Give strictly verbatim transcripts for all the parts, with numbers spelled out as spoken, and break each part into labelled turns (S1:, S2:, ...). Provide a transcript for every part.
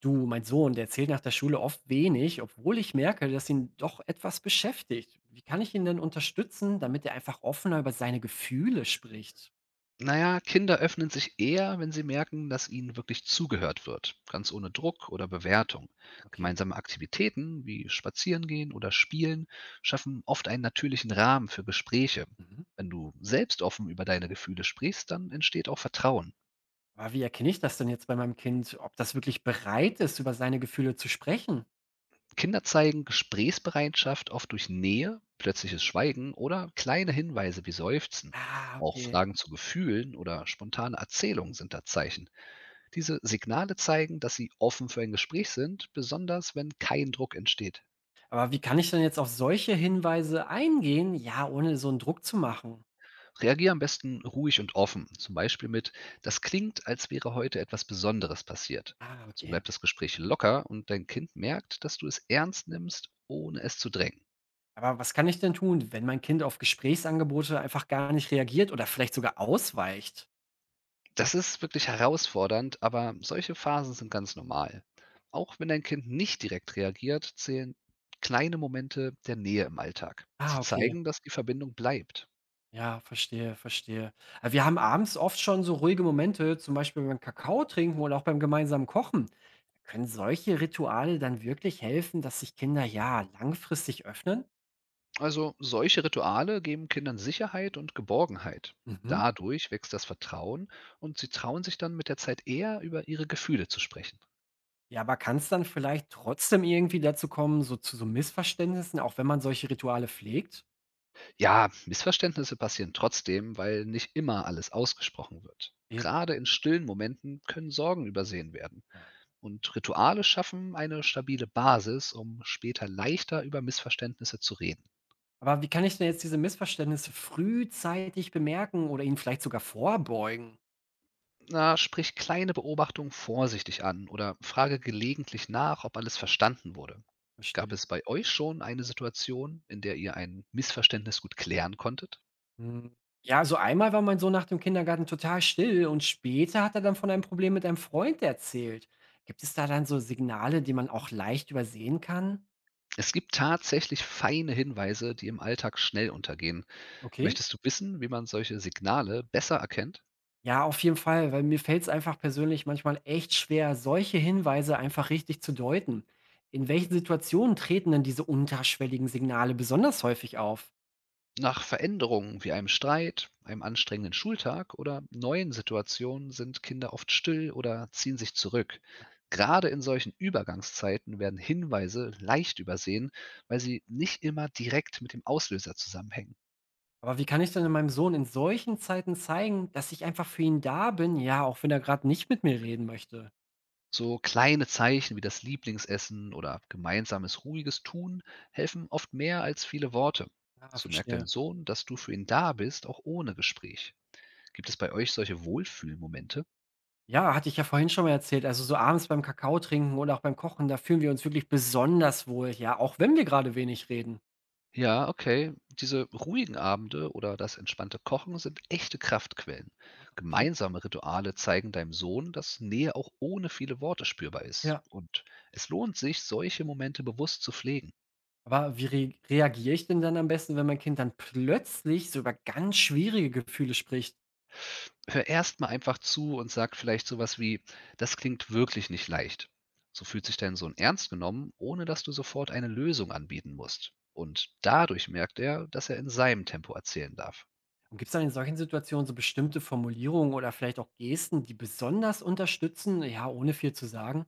S1: Du, mein Sohn, der erzählt nach der Schule oft wenig, obwohl ich merke, dass ihn doch etwas beschäftigt. Wie kann ich ihn denn unterstützen, damit er einfach offener über seine Gefühle spricht?
S2: Na ja, Kinder öffnen sich eher, wenn sie merken, dass ihnen wirklich zugehört wird, ganz ohne Druck oder Bewertung.
S1: Okay.
S2: Gemeinsame Aktivitäten wie Spazierengehen oder Spielen schaffen oft einen natürlichen Rahmen für Gespräche.
S1: Mhm.
S2: Wenn du selbst offen über deine Gefühle sprichst, dann entsteht auch Vertrauen.
S1: Aber wie erkenne ich das denn jetzt bei meinem Kind, ob das wirklich bereit ist, über seine Gefühle zu sprechen?
S2: Kinder zeigen Gesprächsbereitschaft oft durch Nähe, plötzliches Schweigen oder kleine Hinweise wie Seufzen.
S1: Ah,
S2: Auch
S1: okay.
S2: Fragen zu Gefühlen oder spontane Erzählungen sind da Zeichen. Diese Signale zeigen, dass sie offen für ein Gespräch sind, besonders wenn kein Druck entsteht.
S1: Aber wie kann ich denn jetzt auf solche Hinweise eingehen, ja, ohne so einen Druck zu machen?
S2: Reagier am besten ruhig und offen, zum Beispiel mit, das klingt, als wäre heute etwas Besonderes passiert.
S1: Ah,
S2: So
S1: okay.
S2: bleibt das Gespräch locker und dein Kind merkt, dass du es ernst nimmst, ohne es zu drängen.
S1: Aber was kann ich denn tun, wenn mein Kind auf Gesprächsangebote einfach gar nicht reagiert oder vielleicht sogar ausweicht?
S2: Das ist wirklich herausfordernd, aber solche Phasen sind ganz normal. Auch wenn dein Kind nicht direkt reagiert, zählen kleine Momente der Nähe im Alltag.
S1: Ah,
S2: Sie
S1: okay.
S2: zeigen, dass die Verbindung bleibt.
S1: Ja, verstehe, verstehe. Äh, wir haben abends oft schon so ruhige Momente, zum Beispiel beim Kakao trinken oder auch beim gemeinsamen Kochen. Können solche Rituale dann wirklich helfen, dass sich Kinder ja langfristig öffnen?
S2: Also solche Rituale geben Kindern Sicherheit und Geborgenheit.
S1: Mhm.
S2: Dadurch wächst das Vertrauen und sie trauen sich dann mit der Zeit eher über ihre Gefühle zu sprechen.
S1: Ja, aber kann es dann vielleicht trotzdem irgendwie dazu kommen, so zu so Missverständnissen, auch wenn man solche Rituale pflegt?
S2: Ja, Missverständnisse passieren trotzdem, weil nicht immer alles ausgesprochen wird.
S1: Eben.
S2: Gerade in stillen Momenten können Sorgen übersehen werden. Und Rituale schaffen eine stabile Basis, um später leichter über Missverständnisse zu reden.
S1: Aber wie kann ich denn jetzt diese Missverständnisse frühzeitig bemerken oder ihnen vielleicht sogar vorbeugen?
S2: Na, sprich kleine Beobachtungen vorsichtig an oder frage gelegentlich nach, ob alles verstanden wurde. Gab
S1: Verstehe.
S2: es bei euch schon eine Situation, in der ihr ein Missverständnis gut klären konntet?
S1: Hm, ja, so einmal war mein Sohn nach dem Kindergarten total still und später hat er dann von einem Problem mit einem Freund erzählt. Gibt es da dann so Signale, die man auch leicht übersehen kann?
S2: Es gibt tatsächlich feine Hinweise, die im Alltag schnell untergehen.
S1: Okay.
S2: Möchtest du wissen, wie man solche Signale besser erkennt?
S1: Ja, auf jeden Fall, weil mir fällt es einfach persönlich manchmal echt schwer, solche Hinweise einfach richtig zu deuten. In welchen Situationen treten denn diese unterschwelligen Signale besonders häufig auf?
S2: Nach Veränderungen wie einem Streit, einem anstrengenden Schultag oder neuen Situationen sind Kinder oft still oder ziehen sich zurück. Gerade in solchen Übergangszeiten werden Hinweise leicht übersehen, weil sie nicht immer direkt mit dem Auslöser zusammenhängen.
S1: Aber wie kann ich denn meinem Sohn in solchen Zeiten zeigen, dass ich einfach für ihn da bin, ja, auch wenn er gerade nicht mit mir reden möchte?
S2: So kleine Zeichen wie das Lieblingsessen oder gemeinsames ruhiges Tun helfen oft mehr als viele Worte.
S1: Ja,
S2: So merkt
S1: verstehe.
S2: dein Sohn, dass du für ihn da bist, auch ohne Gespräch. Gibt es bei euch solche Wohlfühlmomente?
S1: Ja, hatte ich ja vorhin schon mal erzählt. Also so abends beim Kakao trinken oder auch beim Kochen, da fühlen wir uns wirklich besonders wohl, ja, auch wenn wir gerade wenig reden.
S2: Ja, okay. Diese ruhigen Abende oder das entspannte Kochen sind echte Kraftquellen.
S1: Okay.
S2: Gemeinsame Rituale zeigen deinem Sohn, dass Nähe auch ohne viele Worte spürbar ist.
S1: Ja.
S2: Und es lohnt sich, solche Momente bewusst zu pflegen.
S1: Aber wie re reagiere ich denn dann am besten, wenn mein Kind dann plötzlich so über ganz schwierige Gefühle spricht?
S2: Hör erst mal einfach zu und sag vielleicht sowas wie, das klingt wirklich nicht leicht. So fühlt sich dein Sohn ernst genommen, ohne dass du sofort eine Lösung anbieten musst. Und dadurch merkt er, dass er in seinem Tempo erzählen darf.
S1: Und gibt es dann in solchen Situationen so bestimmte Formulierungen oder vielleicht auch Gesten, die besonders unterstützen, ja, ohne viel zu sagen?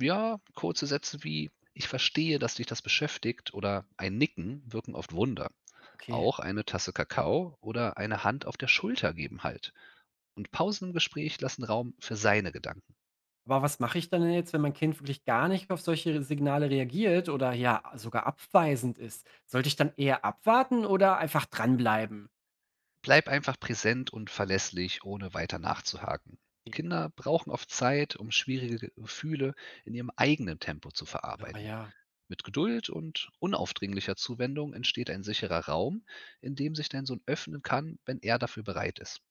S2: Ja, kurze Sätze wie „Ich verstehe, dass dich das beschäftigt“ oder ein Nicken wirken oft Wunder.
S1: Okay.
S2: Auch eine Tasse Kakao oder eine Hand auf der Schulter geben Halt. Und Pausen im Gespräch lassen Raum für seine Gedanken.
S1: Aber was mache ich dann denn jetzt, wenn mein Kind wirklich gar nicht auf solche Signale reagiert oder ja sogar abweisend ist? Sollte ich dann eher abwarten oder einfach dranbleiben?
S2: Bleib einfach präsent und verlässlich, ohne weiter nachzuhaken.
S1: Ja.
S2: Kinder brauchen oft Zeit, um schwierige Gefühle in ihrem eigenen Tempo zu
S1: Ja,
S2: verarbeiten.
S1: ja.
S2: Mit Geduld und unaufdringlicher Zuwendung entsteht ein sicherer Raum, in dem sich dein Sohn öffnen kann, wenn er dafür bereit ist.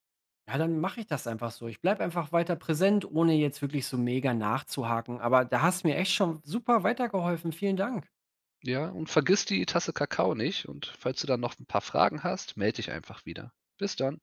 S1: Ja, dann mache ich das einfach so. Ich bleibe einfach weiter präsent, ohne jetzt wirklich so mega nachzuhaken. Aber da hast du mir echt schon super weitergeholfen. Vielen Dank.
S2: Ja, und vergiss die Tasse Kakao nicht und falls du dann noch ein paar Fragen hast, melde dich einfach wieder. Bis dann.